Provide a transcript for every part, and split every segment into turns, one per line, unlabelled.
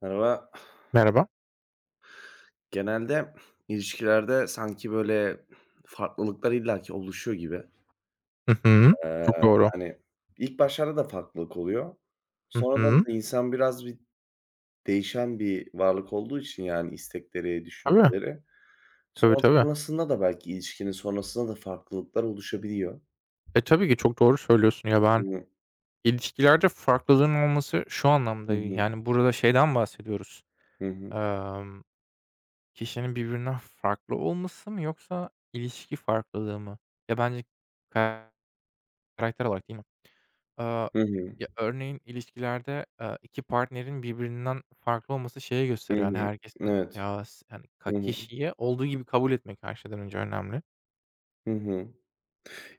Merhaba.
Merhaba.
Genelde ilişkilerde sanki, böyle, farklılıklar illaki oluşuyor gibi.
Hı hı.
Eee,
Çok doğru.
yani, ilk başlarda da farklılık oluyor.
Hı
Sonradan
hı.
da insan biraz bir değişen bir varlık olduğu için, yani, istekleri,
Tabii.
düşünceleri,
Tabii,
sonra
tabii.
sonrasında da belki ilişkinin sonrasında da farklılıklar oluşabiliyor.
E, tabii ki çok doğru söylüyorsun ya ben
Hı.
ilişkilerde farklılığın olması şu
Hı
anlamda iyi,
hı.
yani burada şeyden bahsediyoruz.
Hı hı.
Emm, kişinin birbirinden farklı olması mı yoksa ilişki farklılığı mı? Ya, bence karakter olarak değil mi? Aaa,
Hı hı.
ya, örneğin ilişkilerde, 2 partnerin birbirinden farklı olması şeyi
Hı
gösteriyor.
hı.
Yani herkesin
Evet.
ya, hani,
Hı hı.
kişiyi olduğu gibi kabul etmek her şeyden önce önemli.
Hı hı.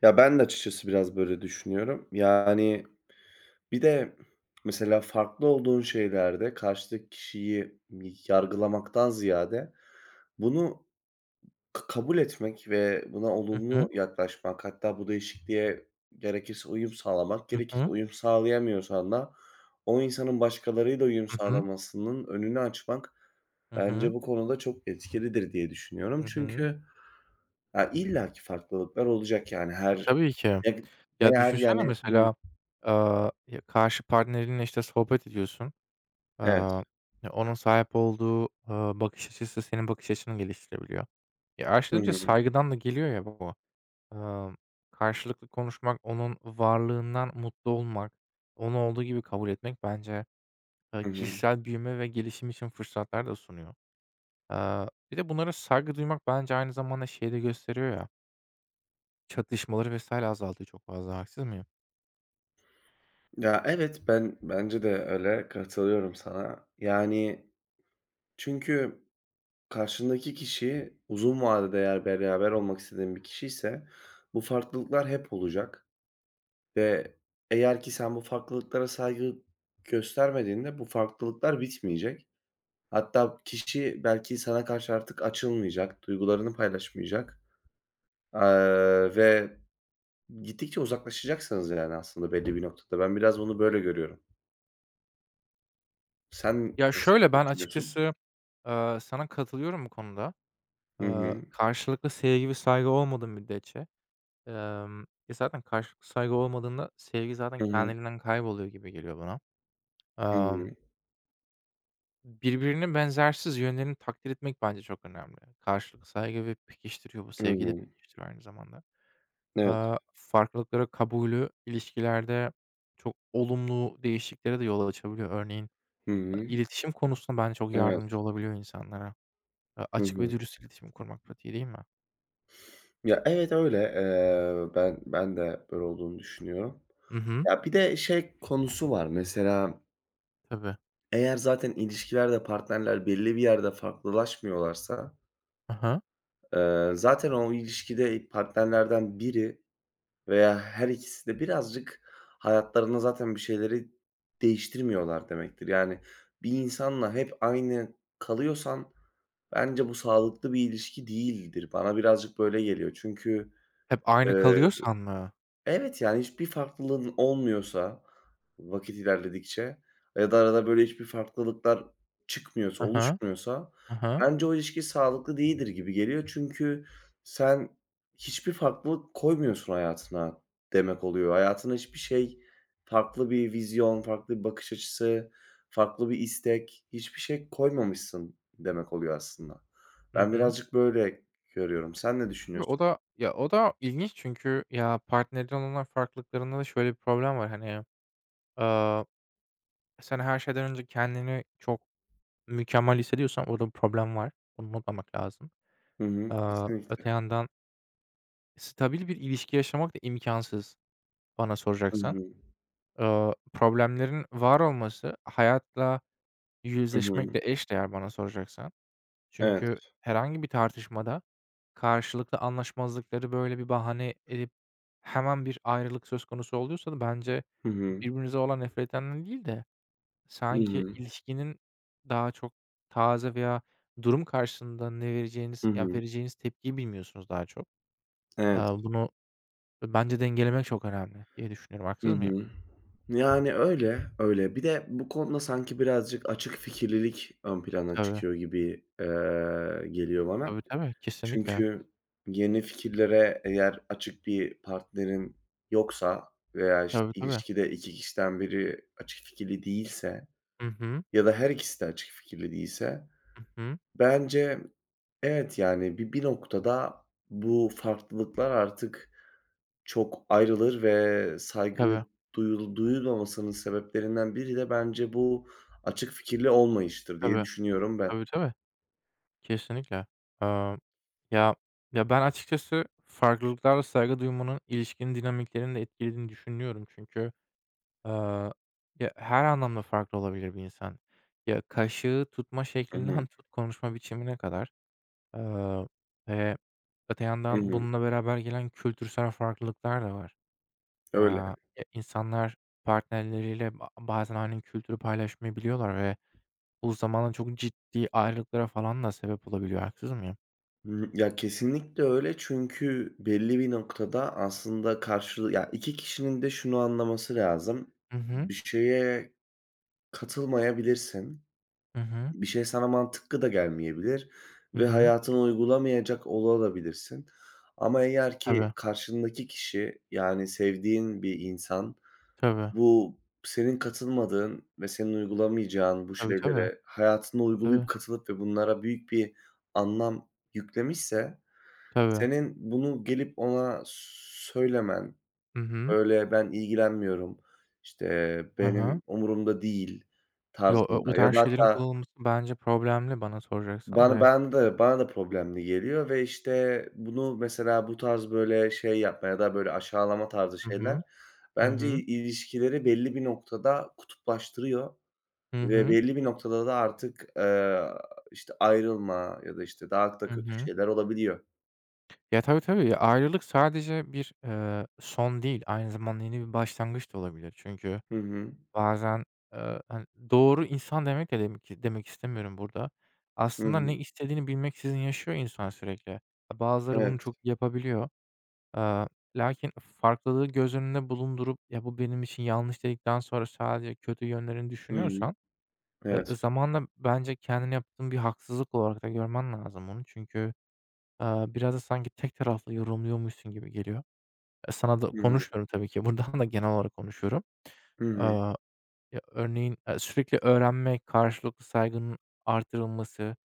Ya, ben de açıkçası biraz böyle düşünüyorum. Yani, bir de mesela farklı olduğun şeylerde karşıdaki kişiyi yargılamaktan ziyade bunu kabul etmek ve buna
Hı hı.
olumlu yaklaşmak, hatta bu değişikliğe gerekirse uyum sağlamak,
Hı
gerekirse
hı.
uyum sağlayamıyorsan da o insanın başkalarıyla uyum
Hı hı.
sağlamasının önünü açmak
Hı
bence
hı.
bu konuda çok etkilidir diye düşünüyorum.
Hı hı.
Çünkü ya, illaki farklılıklar olacak. Yani
E,
her
tabii ki.
ne ne
Ya,
her
düşünsene
yani. Hı,
mesela, ya, karşı partnerinle, işte, sohbet ediyorsun.
evet.
Aaa, ya, onun sahip olduğu, bakış açısı senin bakış açını geliştirebiliyor. Ya,
Hı
aşırınca
hı.
saygıdan da geliyor ya bu. Amm, karşılıklı konuşmak, onun varlığından mutlu olmak, onu olduğu gibi kabul etmek bence,
Hı hı.
kişisel büyüme ve gelişim için fırsatlar da sunuyor. Bir de bunlara saygı duymak bence aynı zamanda şeyi de gösteriyor ya. Çatışmaları vesaire azaldı çok fazla, haksız mıyım?
Ya, evet, bence de öyle, katılıyorum sana. Yani, çünkü karşındaki kişi uzun vadede eğer beraber olmak istediğin bir kişi ise bu farklılıklar hep olacak ve eğer ki sen bu farklılıklara saygı göstermediğinde bu farklılıklar bitmeyecek. Hatta kişi belki sana karşı artık açılmayacak, duygularını paylaşmayacak, eee, ve gittikçe uzaklaşacaksınız yani aslında belli bir noktada. Ben biraz bunu böyle görüyorum. Sen
Ya,
nasıl
şöyle, ben
düşünüyorsun?
açıkçası, sana katılıyorum bu konuda.
Hı
Eee,
hı.
karşılıklı sevgi ve saygı olmadığı müddetçe, emm, ya, zaten karşılıklı saygı olmadığında sevgi zaten
Hı hı.
kendiliğinden kayboluyor gibi geliyor bana.
Hı
Emm,
hı.
birbirinin benzersiz yönlerini takdir etmek bence çok önemli. Karşılıklı saygı ve pekiştiriyor, bu
Hı
sevgi de
hı.
pekiştiriyor aynı zamanda.
Evet.
Farklılıkları kabulü ilişkilerde çok olumlu değişikliklere de yol açabiliyor. Örneğin
Hı hı.
İletişim konusunda bence çok
Evet.
yardımcı olabiliyor insanlara.
Hı
Açık ve
hı.
dürüst iletişim kurmak pratiği değil mi?
Ya, evet, öyle. Ben de böyle olduğunu düşünüyorum.
Hı hı.
Ya, bir de şey konusu var mesela
Tabii.
eğer zaten ilişkilerde partnerler belli bir yerde farklılaşmıyorlarsa,
Hı hı.
zaten o ilişkide partnerlerden biri veya her ikisi de birazcık hayatlarında zaten bir şeyleri değiştirmiyorlar demektir. Yani bir insanla hep aynı kalıyorsan bence bu sağlıklı bir ilişki değildir. Bana birazcık böyle geliyor. Çünkü,
Hep aynı
eee
kalıyorsan mı?
Evet, yani hiçbir farklılığın olmuyorsa vakit ilerledikçe ya da arada böyle hiçbir farklılıklar çıkmıyorsa,
Hı hı.
oluşmuyorsa
Hı hı.
bence o ilişki sağlıklı değildir gibi geliyor. Çünkü sen hiçbir farklılık koymuyorsun hayatına demek oluyor. Hayatına hiçbir şey, farklı bir vizyon, farklı bir bakış açısı, farklı bir istek, hiçbir şey koymamışsın demek oluyor aslında.
Hı
Ben
hı.
birazcık böyle görüyorum. Sen ne
Tabii o
düşünüyorsun?
da ya, o da ilginç çünkü ya, partnerin olan farklılıklarında da şöyle bir problem var, hani, aaa, sen her şeyden önce kendini çok mükemmel hissediyorsan orada bir problem var. Bunu unutmamak lazım.
Hı hı.
Öte
Kesinlikle.
yandan stabil bir ilişki yaşamak da imkansız bana
Hı
soracaksan.
hı.
Problemlerin var olması hayatla
Hı hı.
yüzleşmekle eşdeğer bana soracaksan.
Evet.
Çünkü herhangi bir tartışmada karşılıklı anlaşmazlıkları, böyle, bir bahane edip hemen bir ayrılık söz konusu oluyorsa da bence
Hı hı.
birbirinize olan nefretten değil de
Hı
sanki
hı.
ilişkinin daha çok taze veya durum karşısında ne
Hı
vereceğiniz, ya,
hı.
vereceğiniz tepkiyi bilmiyorsunuz daha çok.
Evet.
Bunu bence dengelemek çok önemli diye düşünüyorum.
Hı
Haksız mıyım?
hı. Yani öyle, öyle. Bir de bu konuda sanki birazcık açık fikirlilik ön plana
Tabii.
çıkıyor gibi, geliyor bana.
Tabii, tabii. Kesinlikle.
Çünkü yeni fikirlere eğer açık bir partnerin yoksa veya, işte,
Tabii, tabii.
ilişkide 2 kişiden biri açık fikirli değilse
Hı hı.
ya da her ikisi de açık fikirli değilse
Hı hı.
bence evet, yani, bir noktada bu farklılıklar artık çok ayrılır ve saygı
Tabii,
duyulmamasının sebeplerinden biri de bence bu açık fikirli olmayıştır diye
tabii.
düşünüyorum ben.
Tabii, tabii. Kesinlikle. Aaa, ya ya, ben açıkçası farklılıklara saygı duymanın ilişkinin dinamiklerini de etkilediğini düşünüyorum. Çünkü, aaa, ya, her anlamda farklı olabilir bir insan. Ya, kaşığı tutma
Hı hı.
şeklinden tut konuşma biçimine kadar. Aaa, ve öte
Hı
yandan
hı.
bununla beraber gelen kültürsel farklılıklar da var.
Öyle.
Ya, insanlar partnerleriyle bazen aynı kültürü paylaşmayabiliyorlar ve bu zamanla çok ciddi ayrılıklara falan da sebep olabiliyor. Haksız mıyım?
Hı. Ya, kesinlikle öyle çünkü belli bir noktada aslında karşılığı ya, 2 kişinin de şunu anlaması lazım:
Hı hı.
Bir şeye katılmayabilirsin.
Hı hı.
Bir şey sana mantıklı da gelmeyebilir
Hı
ve
hı.
hayatına uygulamayacak olabilirsin. Ama eğer ki
Tabii.
karşındaki kişi, yani sevdiğin bir insan,
Tabii.
bu senin katılmadığın ve senin uygulamayacağın bu
Tabii, tabii.
şeylere hayatına uygulayıp
Tabii.
katılıp ve bunlara büyük bir anlam yüklemişse
Tabii.
senin bunu gelip ona söylemen,
Hı hı.
böyle, "Ben ilgilenmiyorum, işte,
Hı
benim
hı.
umurumda değil."
Yo, o
tarzında ya
tarz
da
şeylerin
hatta
kullanılması bence problemli bana soracaksan
bana
ve
ben de bana da problemli geliyor ve, işte, bunu mesela bu tarz, böyle, şey yapma ya da, böyle, aşağılama tarzı
Hı
şeyler
hı. Hı
bence
hı.
ilişkileri belli bir noktada kutuplaştırıyor
Hı
ve
hı.
belli bir noktada da artık, işte, ayrılma ya da, işte, daha da
Hı
kötü
hı.
şeyler olabiliyor.
Ya, tabii, tabii. Ya, ayrılık sadece bir, son değil, aynı zamanda yeni bir başlangıç da olabilir. Çünkü
Hı hı.
bazen, hani, doğru insan demek de demek demek istemiyorum burada.
Hı
Aslında
hı.
ne istediğini bilmeksizin yaşıyor insan sürekli. Bazıları
Evet.
bunu çok iyi yapabiliyor. Eee, lakin farklılığı göz önünde bulundurup, "Ya, bu benim için yanlış." dedikten sonra sadece kötü yönlerini
Hı hı.
düşünüyorsan,
Evet.
zamanla bence kendine yaptığın bir haksızlık olarak da görmen lazım bunu. Çünkü, biraz da sanki tek taraflı yorumluyormuşsun gibi geliyor. E, sana da
Hı hı.
konuşmuyorum tabii ki buradan da genel olarak konuşuyorum.
Hı hı.
Eee ya, örneğin, sürekli öğrenme, karşılıklı saygının artırılması,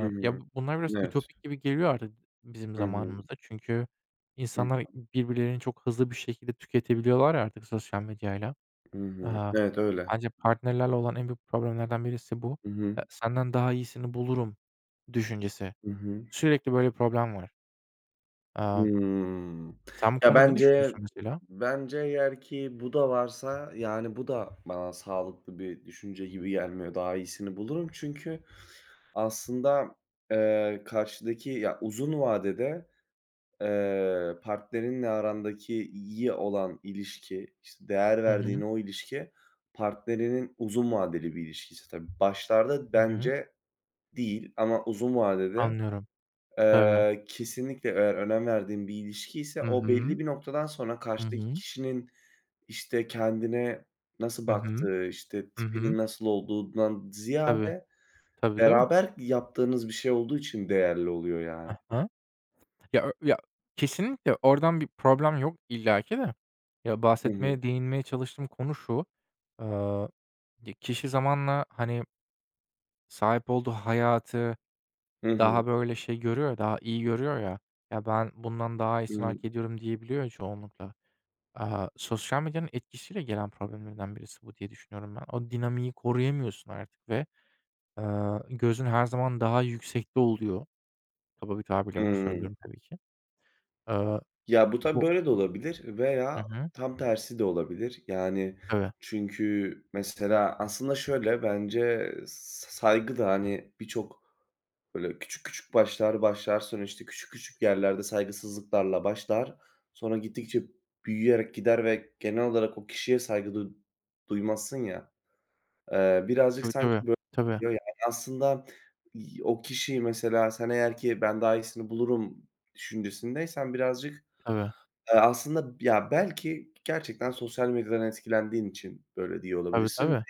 Hı hı.
ya, bunlar biraz
Evet.
ütopik gibi geliyor artık bizim
Hı hı.
zamanımızda. Çünkü
Hı
insanlar
hı.
birbirlerini çok hızlı bir şekilde tüketebiliyorlar ya artık sosyal medyayla.
Hı hı.
Eee,
Evet, öyle.
bence partnerlerle olan en büyük problemlerden birisi bu.
Hı hı.
Senden daha iyisini bulurum düşüncesi.
Hı hı.
Sürekli böyle problem var. Eee,
Hımm.
sen bu
Ya,
konuda ne
bence
düşünüyorsun mesela?
bence eğer ki bu da varsa, yani, bu da bana sağlıklı bir düşünce gibi gelmiyor. Daha iyisini bulurum çünkü aslında, karşıdaki ya, uzun vadede, partnerinle arandaki iyi olan ilişki, işte, değer
Hı
verdiğin
hı.
o ilişki partnerinin uzun vadeli bir ilişkiyse tabii. Başlarda
Hı hı.
bence değil ama uzun vadede
Anlıyorum. Tabii.
Kesinlikle eğer önem verdiğim bir ilişki ise
Hı
o belli
hı.
bir noktadan sonra
Hı
karşıdaki
hı.
kişinin, işte, kendine nasıl
Hı hı.
baktığı, işte,
Hı hı.
tipinin nasıl olduğundan
Tabii.
ziyade
Tabii, tabii.
beraber yaptığınız bir şey olduğu için değerli oluyor
Hı
yani.
hı. Ya, kesinlikle oradan bir problem yok illaki de. Ya,
Hı hı.
bahsetmeye, değinmeye çalıştığım konu şu: Aaa, ya, kişi zamanla, hani, sahip olduğu hayatı
Hı hı.
daha, böyle, şey görüyor ya, daha iyi görüyor ya, "Ya, ben bundan daha
Hı
iyisini
hı.
hak ediyorum." diyebiliyor ya çoğunlukla. Sosyal medyanın etkisiyle gelen problemlerden birisi bu diye düşünüyorum ben. O dinamiği koruyamıyorsun artık ve, gözün her zaman daha yüksekte oluyor. Kaba bir tabirle bunu
Iıı.
söylüyorum tabii ki. Aaa
Ya, bu tabii
Bu
böyle de olabilir
Hı
veya
hı.
tam tersi de olabilir. Yani,
Tabii.
çünkü mesela aslında şöyle bence saygı da, hani, birçok böyle küçük küçük başlar, başlar, sonra, işte, küçük küçük yerlerde saygısızlıklarla başlar. Sonra gittikçe büyüyerek gider ve genel olarak o kişiye saygı duymazsın ya. Birazcık
Tabii,
sanki
tabii.
böyle
Tabii,
diyor yani. Aslında o kişiyi mesela sen eğer ki ben daha iyisini bulurum düşüncesindeysen birazcık,
tabii.
aslında ya, belki gerçekten sosyal medyadan etkilendiğin için böyle diyor
Tabii,
olabilirsin.
tabii.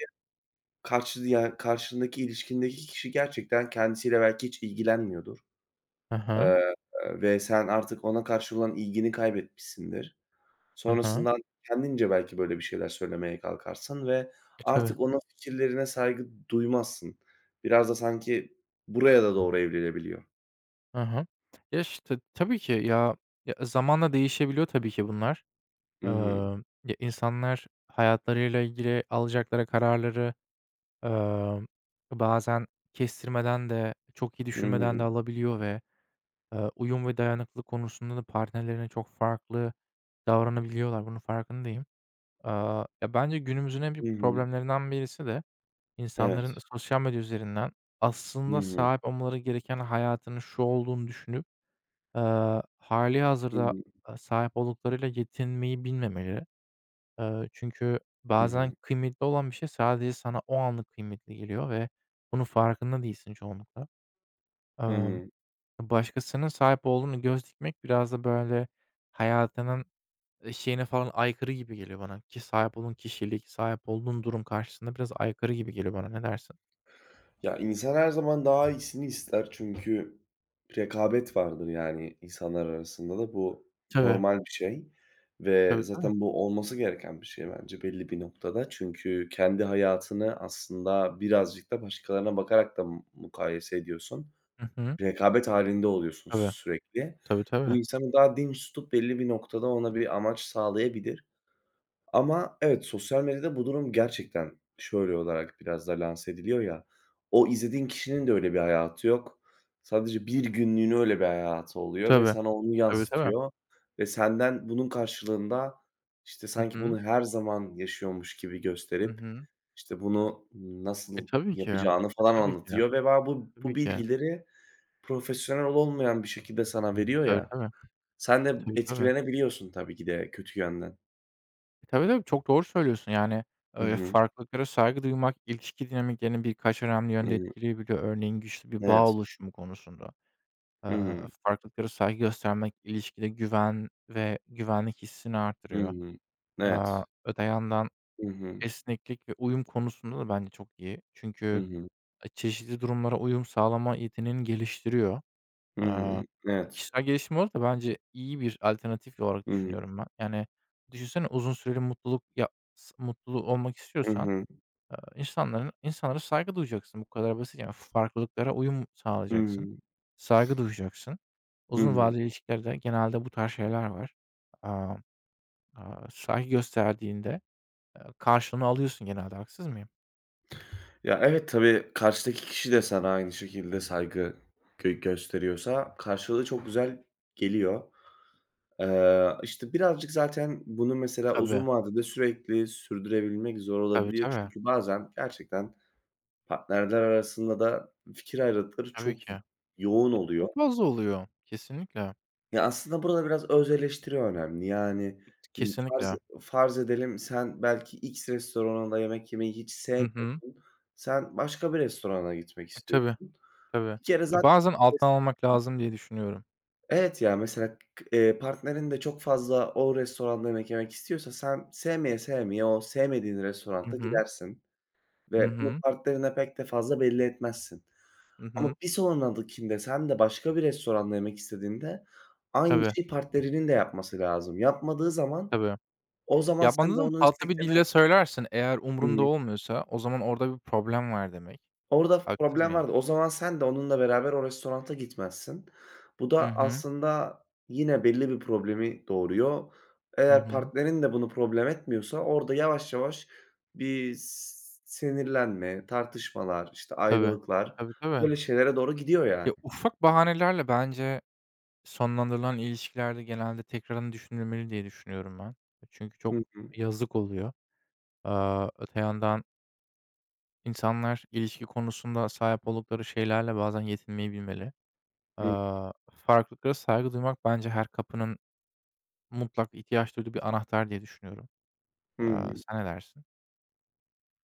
Karşı ya, karşındaki ilişkindeki kişi gerçekten kendisiyle belki hiç ilgilenmiyordu.
Hı hı.
Eee, Ve sen artık ona karşı olan ilgini kaybetmişsindir.
Hı hı.
Sonrasından kendince belki böyle bir şeyler söylemeye kalkarsın ve
E, tabii.
artık onun fikirlerine saygı duymazsın. Biraz da sanki buraya da doğru evrilebiliyor.
Hı hı. Ya, işte, tabii ki ya, ya, zamanla değişebiliyor tabii ki bunlar.
Hı hı.
Ya, insanlar hayatlarıyla ilgili alacakları kararları, emm, bazen kestirmeden de çok iyi
Hı
düşünmeden de
hı.
alabiliyor ve, uyum ve dayanıklılık konusunda da partnerlerine çok farklı davranabiliyorlar. Bunun farkındayım. Ya, bence günümüzün en
Hı
büyük
hı.
problemlerinden birisi de İnsanların
Evet.
sosyal medya üzerinden
Hı
aslında
hı.
sahip olmaları gereken hayatının şu olduğunu düşünüp,
Hı
hâlihazırda,
hı.
sahip olduklarıyla yetinmeyi bilmemeleri. Çünkü
Hı
bazen
hı.
kıymetli olan bir şey sadece sana o anlık kıymetli geliyor ve bunun farkında değilsin çoğunlukla.
Hı
Emm,
hı.
başkasının sahip olduğuna göz dikmek biraz da, böyle, hayatının, şeyine falan aykırı gibi geliyor bana ki sahip olduğun kişilik, sahip olduğun durum karşısında biraz aykırı gibi geliyor bana. Ne dersin?
Ya, insan her zaman daha iyisini ister çünkü rekabet vardır, yani, insanlar arasında da. Bu
Tabii.
normal bir şey ve
Tabii, tabii.
zaten bu olması gereken bir şey bence belli bir noktada. Çünkü kendi hayatını aslında birazcık da başkalarına bakarak da mukayese ediyorsun.
Hı hı.
Rekabet halinde oluyorsun
Tabii.
sürekli.
Tabii,
Bu
tabii.
insanı daha dinç tutup belli bir noktada ona bir amaç sağlayabilir. Ama evet, sosyal medyada bu durum gerçekten şöyle olarak biraz da lanse ediliyor ya, o izlediğin kişinin de öyle bir hayatı yok. Sadece bir günlüğüne öyle bir hayatı oluyor ve
Tabii.
sana onu
Tabii, tabii.
yansıtıyor ve senden bunun karşılığında, işte,
Hı
sanki
hı.
bunu her zaman yaşıyormuş gibi
Hı
gösterip,
hı.
işte, bunu
E,
nasıl
tabii ki. E,
yapacağını falan
tabii ki.
anlatıyor ve ben bu
Tabii ki.
bilgileri profesyonel olmayan bir şekilde sana veriyor
Tabii,
ya,
tabii. E,
sen de
tabii, tabii.
etkilenebiliyorsun tabii ki de kötü yönden.
E, tabii, tabii. Çok doğru söylüyorsun. Yani,
Hı hı.
farklılıklara saygı duymak ilişki dinamiklerini birkaç önemli
Hı
yönde
hı.
etkileyebiliyor. Örneğin güçlü bir bağ
Evet.
oluşumu konusunda.
Hı
Eee,
hı.
farklılıklara saygı göstermek ilişkide güven ve güvenlik hissini
Hı
artırıyor.
hı.
Aaa,
Evet.
öte yandan
Hı hı.
esneklik ve uyum konusunda da bence çok iyi.
Hı
Çünkü
hı.
çeşitli durumlara uyum sağlama yeteneğini geliştiriyor.
Hı
Eee,
hı. Evet.
kişisel gelişim olarak da bence iyi bir alternatif olarak
Hı hı.
düşünüyorum ben. Yani, düşünsene uzun süreli mutluluk ya mutlu olmak
Hı
istiyorsan,
hı.
insanların insanlara saygı duyacaksın. Bu kadar basit yani. Farklılıklara uyum
Hı
sağlayacaksın.
hı.
Saygı duyacaksın.
Hı
Uzun
hı.
vadeli ilişkilerde genelde bu tarz şeyler var. Aaa, saygı gösterdiğinde, karşılığını alıyorsun genelde. Haksız mıyım?
Ya, evet, tabii karşıdaki kişi de sana aynı şekilde saygı gösteriyorsa karşılığı çok güzel geliyor. İşte, birazcık zaten bunu mesela
Tabii.
uzun vadede sürekli sürdürebilmek zor
Tabii,
olabiliyor.
tabii.
Çünkü bazen gerçekten partnerler arasında da fikir ayrılıkları
Tabii
çok
ki. E,
yoğun oluyor.
çok fazla oluyor. Kesinlikle,
Ya, aslında burada biraz öz eleştiri önemli. Yani, ımm, farz
kesinlikle.
farz edelim sen belki X restoranında yemek yemeyi hiç
Hı hı.
sevmiyorsun. Sen başka bir restorana gitmek
E, tabii,
istiyorsun.
tabii.
Bir kere
Ya,
zaten,
bazen alttan
ses
almak lazım diye düşünüyorum.
evet, ya, mesela k partnerin de çok fazla o restoranda yemek yemek istiyorsa sen sevmeye sevmeye o sevmediğin
Hı
restorana
hı.
gidersin
Hı
ve bunu
hı.
partnerine pek de fazla belli etmezsin.
Hı
Ama
hı.
bir sonrakinde sen de başka bir restoranda yemek istediğinde aynı
Tabii,
şeyi partnerinin de yapması lazım. Yapmadığı zaman
tabii.
o zaman
Ya,
sen
bana
de
da
onun
tatlı bir
isteklerine...
dille söylersin eğer
Hı
umurumda
hı.
olmuyorsa o zaman orada bir problem var demek.
Orada
Haksız
problem
mıyım?
vardı. O zaman sen de onunla beraber o restoranta gitmezsin. Bu
Hı
da
hı.
aslında yine belli bir problemi doğuruyor.
Hı
Eğer
hı.
partnerin de bunu problem etmiyorsa orada yavaş yavaş bir sinirlenme, tartışmalar, işte
Tabii.
ayrılıklar
Tabii, tabii.
böyle şeylere doğru gidiyor yani.
Ya, ufak bahanelerle bence sonlandırılan ilişkilerde genelde tekrardan düşünülmeli diye düşünüyorum ben. Çünkü çok
Hı hı.
yazık oluyor. Öte yandan İnsanlar ilişki konusunda sahip oldukları şeylerle bazen yetinmeyi bilmeli.
Hı
Farklılıklara saygı duymak bence her kapının mutlak ihtiyaç duyduğu bir anahtar diye düşünüyorum. Aaa,
hı.
sen ne dersin?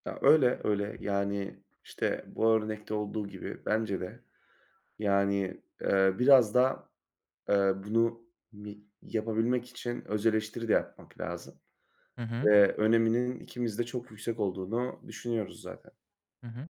Ya, öyle, öyle. Yani, işte, bu örnekte olduğu gibi bence de, yani, biraz da, eee, bunu mi yapabilmek için öz eleştiri de yapmak lazım
Hı hı.
ve öneminin ikimiz de çok yüksek olduğunu düşünüyoruz zaten.
Hı hı.